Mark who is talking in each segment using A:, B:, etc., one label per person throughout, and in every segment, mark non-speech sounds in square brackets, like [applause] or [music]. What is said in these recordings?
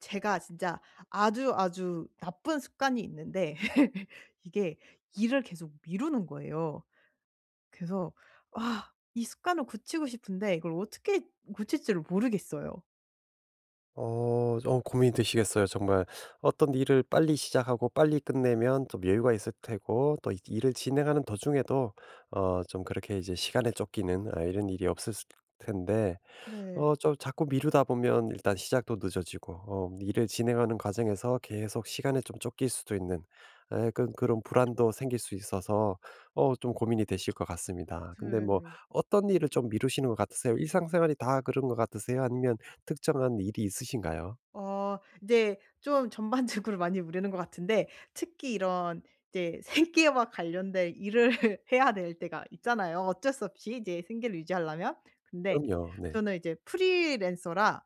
A: 제가 진짜 아주 아주 나쁜 습관이 있는데 [laughs] 이게 일을 계속 미루는 거예요. 그래서 아 이 습관을 고치고 싶은데 이걸 어떻게 고칠지를 모르겠어요.
B: 고민이 되시겠어요. 정말, 어떤 일을 빨리 시작하고 빨리 끝내면 좀 여유가 있을 테고, 또 이 일을 진행하는 도중에도 좀 그렇게 이제 시간에 쫓기는, 이런 일이 없을 텐데,
A: 네.
B: 좀 자꾸 미루다 보면 일단 시작도 늦어지고, 일을 진행하는 과정에서 계속 시간에 좀 쫓길 수도 있는, 예약 그런 불안도 생길 수 있어서 좀 고민이 되실 것 같습니다. 근데 뭐
A: 네.
B: 어떤 일을 좀 미루시는 것 같으세요? 일상생활이 다 그런 것 같으세요? 아니면 특정한 일이 있으신가요?
A: 이제 좀 전반적으로 많이 미루는 것 같은데 특히 이런 이제 생계와 관련된 일을 [laughs] 해야 될 때가 있잖아요. 어쩔 수 없이 이제 생계를 유지하려면. 근데
B: 그럼요. 네.
A: 저는 이제 프리랜서라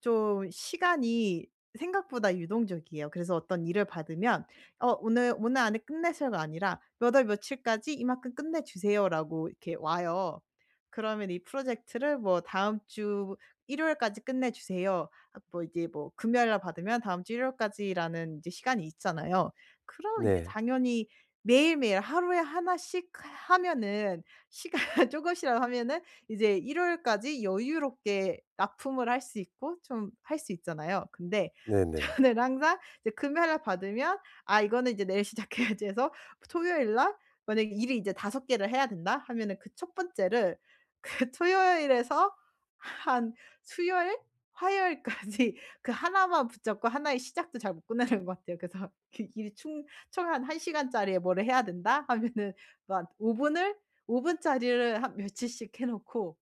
A: 좀 시간이 생각보다 유동적이에요. 그래서 어떤 일을 받으면 "어 오늘 오늘 안에 끝내세요."가 아니라 "몇 월 며칠까지 이만큼 끝내 주세요."라고 이렇게 와요. 그러면 이 프로젝트를 뭐 "다음 주 일요일까지 끝내 주세요." 아 뭐 이제 뭐 금요일 날 받으면 다음 주 일요일까지라는 이제 시간이 있잖아요. 그럼 이제
B: 네.
A: 당연히 매일매일 하루에 하나씩 하면은 시간 [laughs] 조금씩이라도 하면은 이제 일요일까지 여유롭게 납품을 할 수 있고 좀 할 수 있잖아요. 근데 [laughs]
B: 네네.
A: 저는 항상 이제 금요일 날 받으면 '아 이거는 이제 내일 시작해야지.' 해서 토요일 날 만약에 일이 이제 다섯 개를 해야 된다 하면은 그 첫 번째를 [laughs] 그 토요일에서 한 수요일, 화요일까지 [laughs] 그 하나만 붙잡고 하나의 시작도 잘 못 끝내는 것 같아요. 그래서 [laughs] 그 일이 충 총 한 한 시간짜리에 뭐를 해야 된다 하면은 막 5분을 5분짜리를 한 며칠씩 해 놓고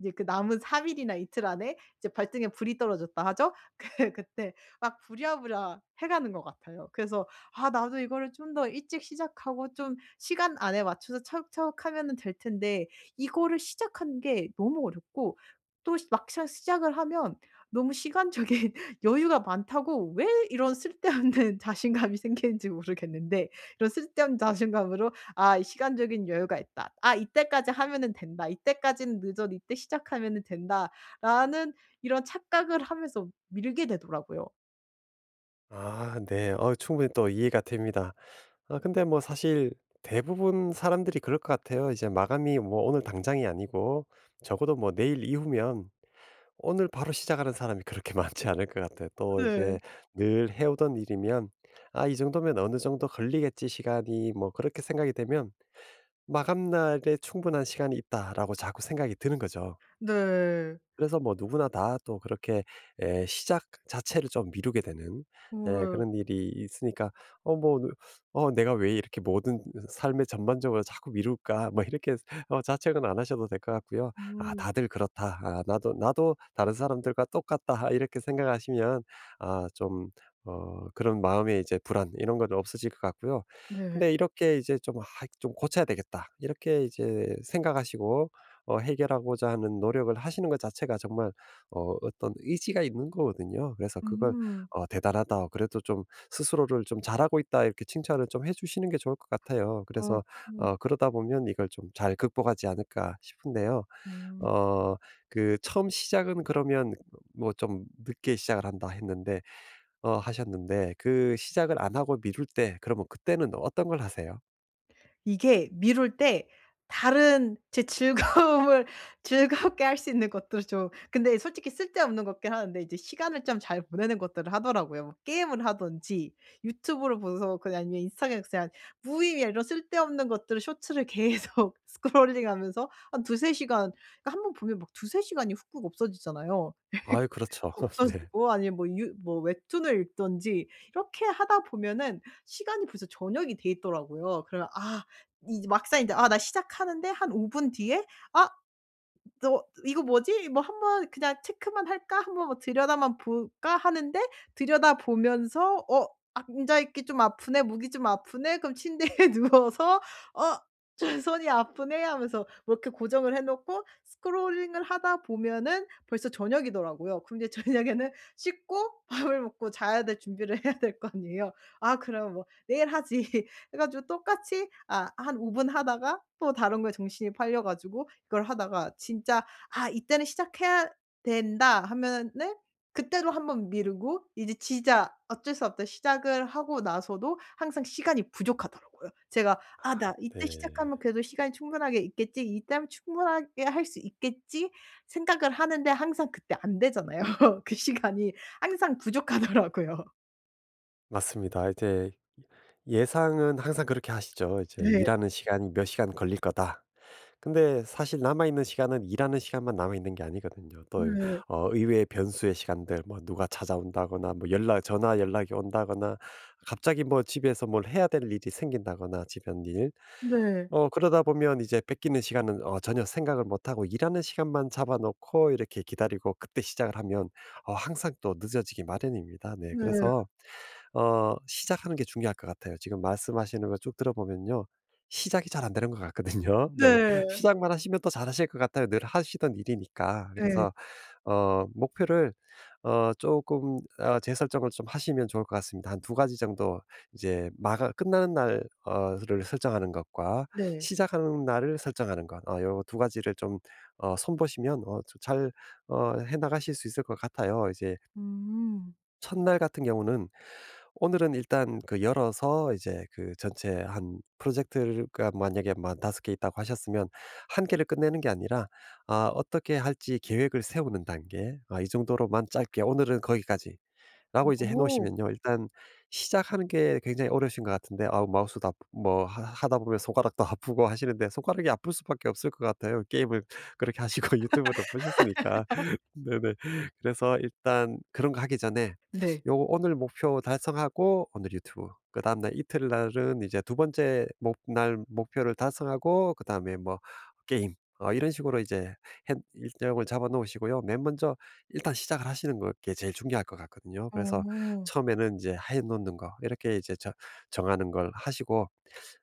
A: 이제 그 남은 3일 일이나 이틀 안에 이제 발등에 불이 떨어졌다 하죠. [laughs] 그 그때 막 부랴부랴 해 가는 것 같아요. 그래서 '아 나도 이거를 좀 더 일찍 시작하고 좀 시간 안에 맞춰서 차곡차곡 하면은 될 텐데' 이거를 시작하는 게 너무 어렵고 또 막상 시작을 하면 너무 시간적인 [laughs] 여유가 많다고 왜 이런 쓸데없는 [laughs] 자신감이 생기는지 모르겠는데 이런 쓸데없는 자신감으로 '아 이 시간적인 여유가 있다. 아 이때까지 하면은 된다. 이때까지는 늦어도 이때 시작하면은 된다.'라는 이런 착각을 하면서 밀게 되더라고요.
B: 아, 네. 충분히 또 이해가 됩니다. 아, 근데 뭐 사실 대부분 사람들이 그럴 것 같아요. 이제 마감이 뭐 오늘 당장이 아니고, 적어도 뭐 내일 이후면 오늘 바로 시작하는 사람이 그렇게 [laughs] 많지 않을 것 같아요. 또
A: 네.
B: 이제 늘 해오던 일이면 '아, 이 정도면 어느 정도 걸리겠지, 시간이.' 뭐 그렇게 생각이 되면 마감날에 '충분한 시간이 있다.'라고 자꾸 생각이 드는 거죠.
A: 네.
B: 그래서 뭐 누구나 다 또 그렇게, 시작 자체를 좀 미루게 되는,
A: 어. 예.
B: 그런 일이 있으니까 뭐 '내가 왜 이렇게 모든 삶의 전반적으로 자꾸 미룰까?' 뭐 이렇게 자책은 안 하셔도 될 것 같고요. '아,
A: 음.
B: 다들 그렇다. 아, 나도 나도 다른 사람들과 똑같다.' 이렇게 생각하시면, 좀 그런 마음의 이제 불안 이런 건 없어질 것 같고요.
A: 네.
B: 근데 이렇게 이제 좀 '아, 좀 고쳐야 되겠다.' 이렇게 이제 생각하시고 해결하고자 하는 노력을 하시는 것 자체가 정말 어떤 의지가 있는 거거든요. 그래서 그걸
A: 음.
B: '대단하다. 그래도 좀 스스로를 좀 잘하고 있다.' 이렇게 칭찬을 좀 해 주시는 게 좋을 것 같아요.
A: 어.
B: 그래서
A: 음.
B: 그러다 보면 이걸 좀 잘 극복하지 않을까 싶은데요.
A: 음.
B: 어 그 처음 시작은 그러면 뭐 좀 "늦게 시작을 한다." 했는데 어 하셨는데, 그 시작을 안 하고 미룰 때, 그러면 그때는 어떤 걸 하세요?
A: 이게 미룰 때 다른 제 즐거움을 [laughs] 즐겁게 할 수 있는 것도 좀. 근데 솔직히 쓸데없는 거긴 하는데 이제 시간을 좀 잘 보내는 것들을 하더라고요. 뭐 게임을 하든지 유튜브를 보면서 그냥, 아니면 인스타그램 그냥 무의미한 이런 쓸데없는 것들을, 쇼츠를 [laughs] 계속 스크롤링하면서 한 2~3시간. 그러니까 한 번 보면 막 2~3시간이 훅훅 없어지잖아요.
B: 아유 그렇죠. [laughs] 네.
A: 없어지고, 아니면 뭐 유 뭐 웹툰을 읽든지 이렇게 하다 보면은 시간이 벌써 저녁이 돼 있더라고요. 그러면 아 이제 막상 이제 '아 나 시작하는데 한 5분 뒤에 아 너 이거 뭐지? 뭐 한번 그냥 체크만 할까? 한번 뭐 들여다만 볼까?' 하는데 들여다보면서 '어 앉아있기 좀 아프네. 무기 좀 아프네.' 그럼 침대에 [laughs] 누워서 '어 저 손이 아프네.' 하면서 뭐 이렇게 고정을 해 놓고 스크롤링을 하다 보면은 벌써 저녁이더라고요. 그럼 이제 저녁에는 씻고 [laughs] 밥을 먹고 자야 될 준비를 해야 될 거 아니에요. 아 그럼 뭐 '내일 하지.' 해 가지고 똑같이 아 한 5분 하다가 또 다른 거에 정신이 팔려 가지고 이걸 하다가 진짜 '아 이때는 시작해야 된다.' 하면은 그때로 한번 미루고 이제 진짜 어쩔 수 없다 시작을 하고 나서도 항상 시간이 부족하더라고요. 제가 '아 나 이때
B: 네.
A: 시작하면 그래도 시간이 충분하게 있겠지. 이때면 충분하게 할 수 있겠지.' 생각을 하는데 항상 그때 안 되잖아요. [laughs] 그 시간이 항상 부족하더라고요.
B: 맞습니다. 이제 예상은 항상 그렇게 하시죠. 이제
A: 네.
B: '일하는 시간이 몇 시간 걸릴 거다.' 근데 사실 남아 있는 시간은 일하는 시간만 남아 있는 게 아니거든요. 또
A: 네.
B: 의외의 변수의 시간들, 뭐 누가 찾아온다거나, 뭐 연락 전화 연락이 온다거나, 갑자기 뭐 집에서 뭘 해야 될 일이 생긴다거나 집안일.
A: 네.
B: 그러다 보면 이제 뺏기는 시간은 전혀 생각을 못 하고 일하는 시간만 잡아 놓고 이렇게 기다리고 그때 시작을 하면 항상 또 늦어지기 마련입니다. 네.
A: 네.
B: 그래서 시작하는 게 중요할 것 같아요. 지금 말씀하시는 거 쭉 들어보면요, 시작이 잘 안 되는 것 같거든요. [laughs] 네.
A: 네.
B: 시작만 하시면 또 잘하실 것 같아요, 늘 하시던 일이니까.
A: 예.
B: 그래서 목표를 조금 재설정을 좀 하시면 좋을 것 같습니다. 한 두 가지 정도, 이제 마가 끝나는 날 어를 설정하는 것과
A: 네.
B: 시작하는 날을 설정하는 것, 요 두 가지를 좀 손 보시면 좀 잘 해 나가실 수 있을 것 같아요. 이제
A: 음.
B: 첫날 같은 경우는, 오늘은 일단 그 열어서 이제 그 전체 한 프로젝트가 만약에 만다5개 있다고 하셨으면, 한 개를 끝내는 게 아니라 '아, 어떻게 할지 계획을 세우는 단계. 아, 이 정도로만 짧게, 오늘은 거기까지. 라고 이제 해
A: 오.
B: 놓으시면요, 일단 시작하는 게 굉장히 어려우신 것 같은데, 아우 마우스도 아프 뭐 하 하다 보면 손가락도 [laughs] 아프고 하시는데, 손가락이 아플 수밖에 없을 것 같아요. 게임을 그렇게 하시고 [laughs] 유튜브를 보셨으니까. [laughs] 네네. 그래서 일단 그런 거 하기 전에
A: 네.
B: 요 오늘 목표 달성하고 오늘 유튜브, 그다음 날 이틀날은 이제 두 번째 목날 목표를 달성하고 그다음에 뭐 게임, 이런 식으로 이제 일정을 잡아 놓으시고요. 맨 먼저 일단 시작을 하시는 게 제일 중요할 것 같거든요. 그래서
A: 어.
B: 처음에는 이제 해 놓는 거, 이렇게 이제 정하는 걸 하시고,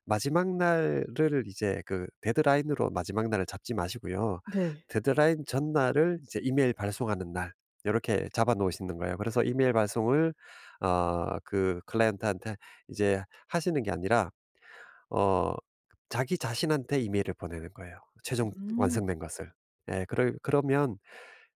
B: 마지막 날을 이제 그 데드라인으로, 마지막 날을 잡지 마시고요.
A: 네.
B: 데드라인 전날을 이제 이메일 발송하는 날, 요렇게 잡아 놓으시는 거예요. 그래서 이메일 발송을 그 클라이언트한테 이제 하시는 게 아니라 어 자기 자신한테 이메일을 보내는 거예요, 최종
A: 음.
B: 완성된 것을. 예. 그러면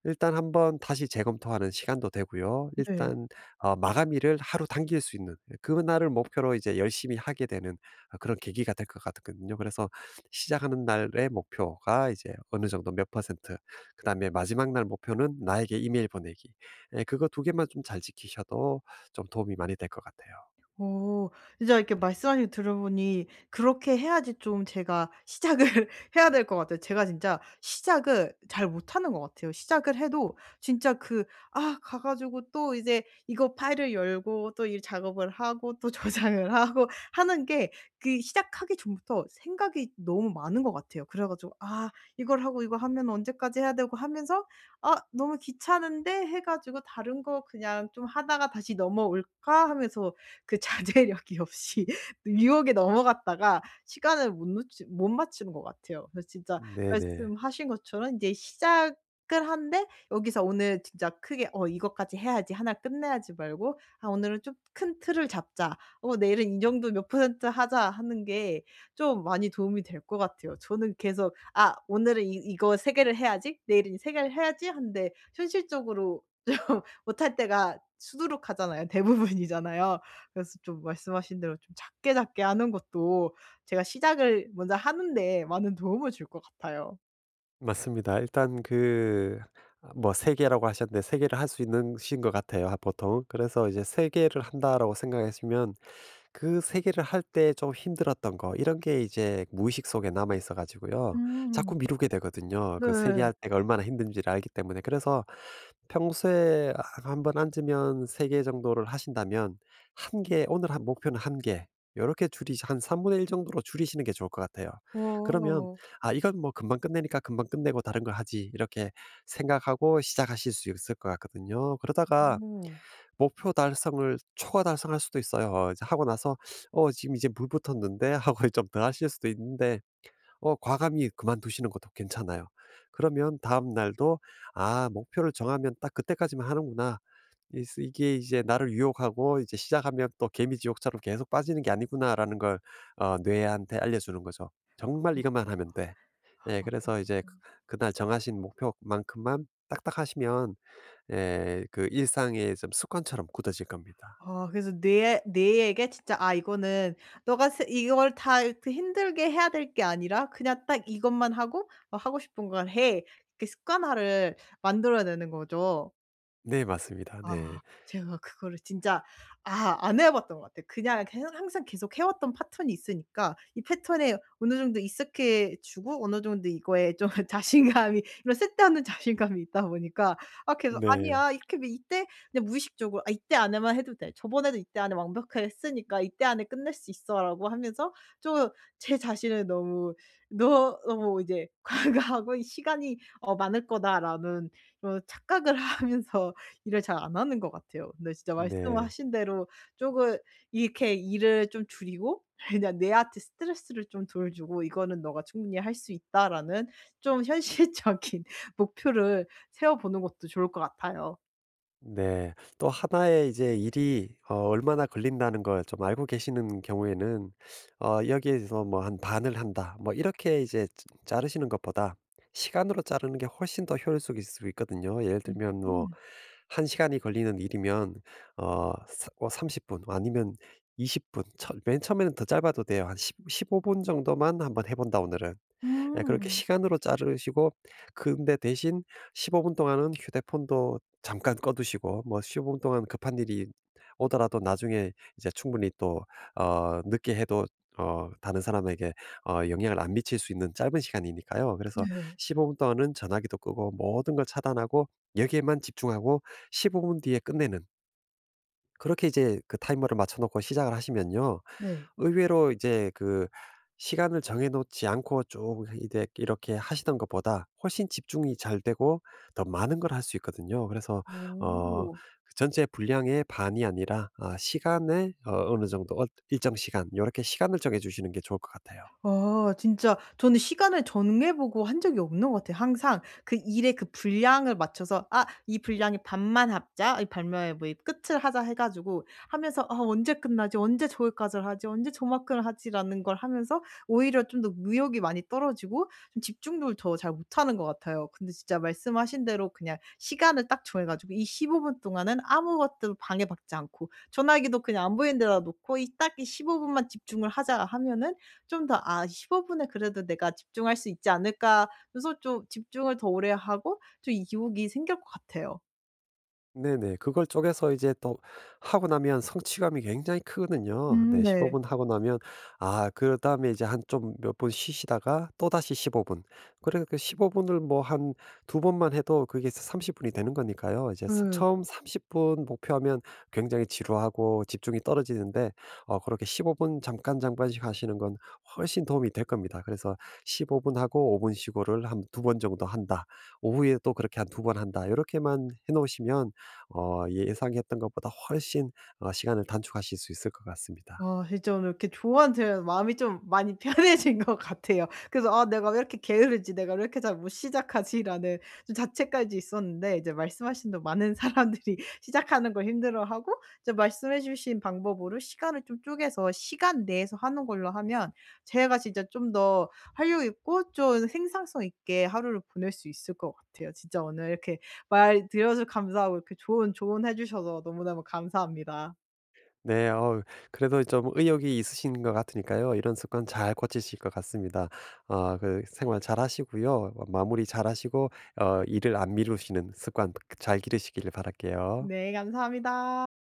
B: 일단 한번 다시 재검토하는 시간도 되고요.
A: 네.
B: 일단 마감일을 하루 당길 수 있는, 예, 그날을 목표로 이제 열심히 하게 되는 그런 계기가 될 것 같거든요. 그래서 시작하는 날의 목표가 이제 어느 정도 몇 퍼센트, 그다음에 마지막 날 목표는 나에게 이메일 보내기. 예, 그거 두 개만 좀 잘 지키셔도 좀 도움이 많이 될 것 같아요.
A: 오. 진짜 이렇게 말씀하신 거 들어보니 그렇게 해야지 좀 제가 시작을 [laughs] 해야 될 것 같아요. 제가 진짜 시작을 잘 못하는 것 같아요. 시작을 해도 진짜 그 아 가 가지고 또 이제 이거 파일을 열고 또 이 작업을 하고 또 [laughs] 저장을 하고 하는 게, 그 시작하기 전부터 생각이 너무 많은 것 같아요. 그래 가지고 '아 이걸 하고 이거 하면 언제까지 해야 되고.' 하면서 '아 너무 귀찮은데.' 해 가지고 '다른 거 그냥 좀 하다가 다시 넘어올까?' 하면서 그 자제력이 없이 [laughs] 유혹에 넘어갔다가 시간을 못 맞추는 것 같아요. 그래서 진짜
B: 네네.
A: 말씀하신 것처럼 이제 시작을 한데, 여기서 오늘 진짜 크게 '어 이것까지 해야지. 하나 끝내야지.' 말고 '아 오늘은 좀 큰 틀을 잡자. 어 내일은 이 정도 몇 퍼센트 하자.' 하는 게 좀 많이 도움이 될 것 같아요. 저는 계속 '아 오늘은 이 이거 3개를 해야지. 내일은 이 개를 해야지.' 하는데 현실적으로 [laughs] 좀 못할 때가 수두룩하잖아요. 대부분이잖아요. 그래서 좀 말씀하신 대로 좀 작게 작게 하는 것도 제가 시작을 먼저 하는 데 많은 도움을 줄 것 같아요.
B: 맞습니다. 일단 그 뭐 세 개라고 하셨는데, 세 개를 할 수 있는 신 것 같아요, 하 보통. 그래서 이제 세 개를 한다라고 생각하시면, 그 세 개를 할 때 좀 힘들었던 거 이런 게 이제 무의식 속에 남아 있어 가지고요,
A: 음.
B: 자꾸 미루게 되거든요. 그 세 개
A: 네.
B: 할 때가 얼마나 힘든지를 알기 때문에. 그래서 평소에 한번 앉으면 세 개 정도를 하신다면, 한 개, 오늘 한 목표는 한 개, 요렇게 줄이삼한1일 정도로 줄이시는 게 좋을 것 같아요. 그러면
A: 어.
B: '아, 이건 뭐 금방 끝내니까 금방 끝내고 다른 걸 하지.' 이렇게 생각하고 시작하실 수 있을 것 같거든요. 그러다가
A: 오.
B: 목표 달성을 초과 달성할 수도 있어요. 이제 하고 나서 '어, 지금 이제 물 붙었는데.' 하고 [laughs] 좀 더 하실 수도 있는데, 과감히 그만두시는 것도 괜찮아요. 그러면 다음 날도 '아, 목표를 정하면 딱 그때까지만 하는구나. 이 이게 이제 나를 유혹하고 이제 시작하면 또 개미지옥처럼 계속 빠지는 게 아니구나.'라는 걸 뇌한테 알려주는 거죠. '정말 이것만 하면 돼.' 예, 그래서 이제 그날 정하신 목표만큼만 딱딱 하시면, 예, 그 일상에 좀 습관처럼 굳어질 겁니다.
A: 아 그래서 뇌에게 진짜 '아 이거는 너가 세 이걸 다 이렇게 힘들게 해야 될 게 아니라 그냥 딱 이것만 하고 어 하고 싶은 걸 해.' 이렇게 습관화를 만들어내는 거죠.
B: 네, 맞습니다.
A: 아
B: 네.
A: 제가 그거를 진짜 아 안 해 봤던 것 같아요. 그냥 계속 항상 계속 해 왔던 패턴이 있으니까 이 패턴에 어느 정도 익숙해 주고 어느 정도 이거에 좀 [laughs] 자신감이, 이런 쓸데없는 자신감이 있다 보니까 아 계속
B: 네.
A: '아니야. 이렇게 하면 이때' 그냥 무의식적으로 '아 이때 안에만 해도 돼. 저번에도 이때 안에 완벽하게 했으니까 이때 안에 끝낼 수 있어.'라고 하면서 좀 제 자신을 너무 너 너무 이제 [laughs] '과거하고 이 시간이 어 많을 거다.'라는 이런 착각을 [laughs] 하면서 일을 잘 안 하는 것 같아요. 근데 진짜
B: 네.
A: 말씀하신 대로 쪼금 이렇게 일을 좀 줄이고 [laughs] 그냥 내한테 스트레스를 좀 덜 주고 '이거는 너가 충분히 할 수 있다.'라는 좀 현실적인 [laughs] 목표를 세워 보는 것도 좋을 것 같아요.
B: 네. 또 하나의 이제 일이 얼마나 걸린다는 걸 좀 알고 계시는 경우에는, 여기에서 뭐 한 반을 한다, 뭐 이렇게 이제 자 자르시는 것보다 시간으로 자르는 게 훨씬 더 효율적일 수 있거든요. 예를
A: 음.
B: 들면 뭐
A: 음.
B: 1 시간이 걸리는 일이면 어 사 어 30분, 아니면 20 분, 처 맨 처음에는 더 짧아도 돼요. 한 15분 정도만 한번 해 본다, 오늘은. 예, 그렇게
A: 음.
B: 시간으로 자르시고, 근데 대신 15분 동안은 휴대폰도 잠깐 꺼두시고, 뭐 15분 동안 급한 일이 오더라도 나중에 이제 충분히 또 늦게 해도 다른 사람에게 영향을 안 미칠 수 있는 짧은 시간이니까요. 그래서
A: 네.
B: 15분 동안은 전화기도 끄고 모든 걸 차단하고 여기에만 집중하고 15분 뒤에 끝내는, 그렇게 이제 그 타이머를 맞춰 놓고 시작을 하시면요,
A: 네.
B: 의외로 이제 그 시간을 정해 놓지 않고 쭉 이제 이렇게 하시던 것보다 훨씬 집중이 잘 되고 더 많은 걸 할 수 있거든요. 그래서 어
A: 오.
B: 그 전체 분량의 반이 아니라, 시간에, 어느 정도 일정 시간, 이렇게 시간을 정해 주시는 게 좋을 것 같아요.
A: 아 진짜 저는 시간을 정해 보고 한 적이 없는 것 같아요. 항상 그 일의 그 분량을 맞춰서 '아 이 분량의 반만 합자.' 이 발명의 뭐 끝을 하자 해 가지고 하면서 '아 언제 끝나지? 언제 저기까지를 하지? 언제 저만큼을 하지?'라는 걸 하면서 오히려 좀 더 의욕이 많이 떨어지고 좀 집중도 더 잘 못하는 것 같아요. 근데 진짜 말씀하신 대로 그냥 시간을 딱 정해 가지고 이 15분 동안은 아무것도 방해받지 않고 전화기도 그냥 안 보이는 데다 놓고 이 딱 이 15 분만 집중을 하자 하면은 좀 더 '아 15 분에 그래도 내가 집중할 수 있지 않을까.' 그래서 좀 집중을 더 오래 하고 좀 이 유혹이 생길 것 같아요.
B: 네네. 그걸 쪼개서 이제 또 하고 나면 성취감이 굉장히 크거든요.
A: 음.
B: 네, 15
A: 네.
B: 분 하고 나면, 아 그다음에 이제 한 좀 몇 분 쉬시다가 또다시 15 분. 그래 그 15 분을 뭐 한 두 번만 해도 그게 30 분이 되는 거니까요. 이제 스
A: 예.
B: 처음 30분 목표하면 굉장히 지루하고 집중이 떨어지는데, 그렇게 15분 잠깐 잠깐씩 하시는 건 훨씬 도움이 될 겁니다. 그래서 15분 하고 5분 쉬고를 한 두 번 정도 한다, 오후에 또 그렇게 한 두 번 한다, 요렇게만 해 놓으시면 예상했던 것보다 훨씬 시간을 단축하실 수 있을 것 같습니다.
A: 와 진짜 오늘 이렇게 조언 들으면서 마음이 좀 많이 [laughs] 편해진 것 같아요. 그래서 '아 내가 왜 이렇게 게으르지? 내가 왜 이렇게 잘 못 시작하지?'라는 좀 자책까지 있었는데 이제 말씀하신 대로 많은 [laughs] 사람들이 시작하는 걸 힘들어하고 이제 말씀해 주신 방법으로 시간을 좀 쪼개서 시간 내에서 하는 걸로 하면 제가 진짜 좀 더 활력 있고 좀 생산성 있게 하루를 보낼 수 있을 것 같아요. 진짜 오늘 이렇게 말 들어줘서 감사하고 이렇게 좋은 조언해 주셔서 너무너무 감사합니다.
B: 네. 그래도 좀 의욕이 있으신 것 같으니까요, 이런 습관 잘 고치실 것 같습니다. 그 생활 잘하시고요. 마무리 잘하시고 일을 안 미루시는 습관 잘 기르시길 바랄게요.
A: 네, 감사합니다.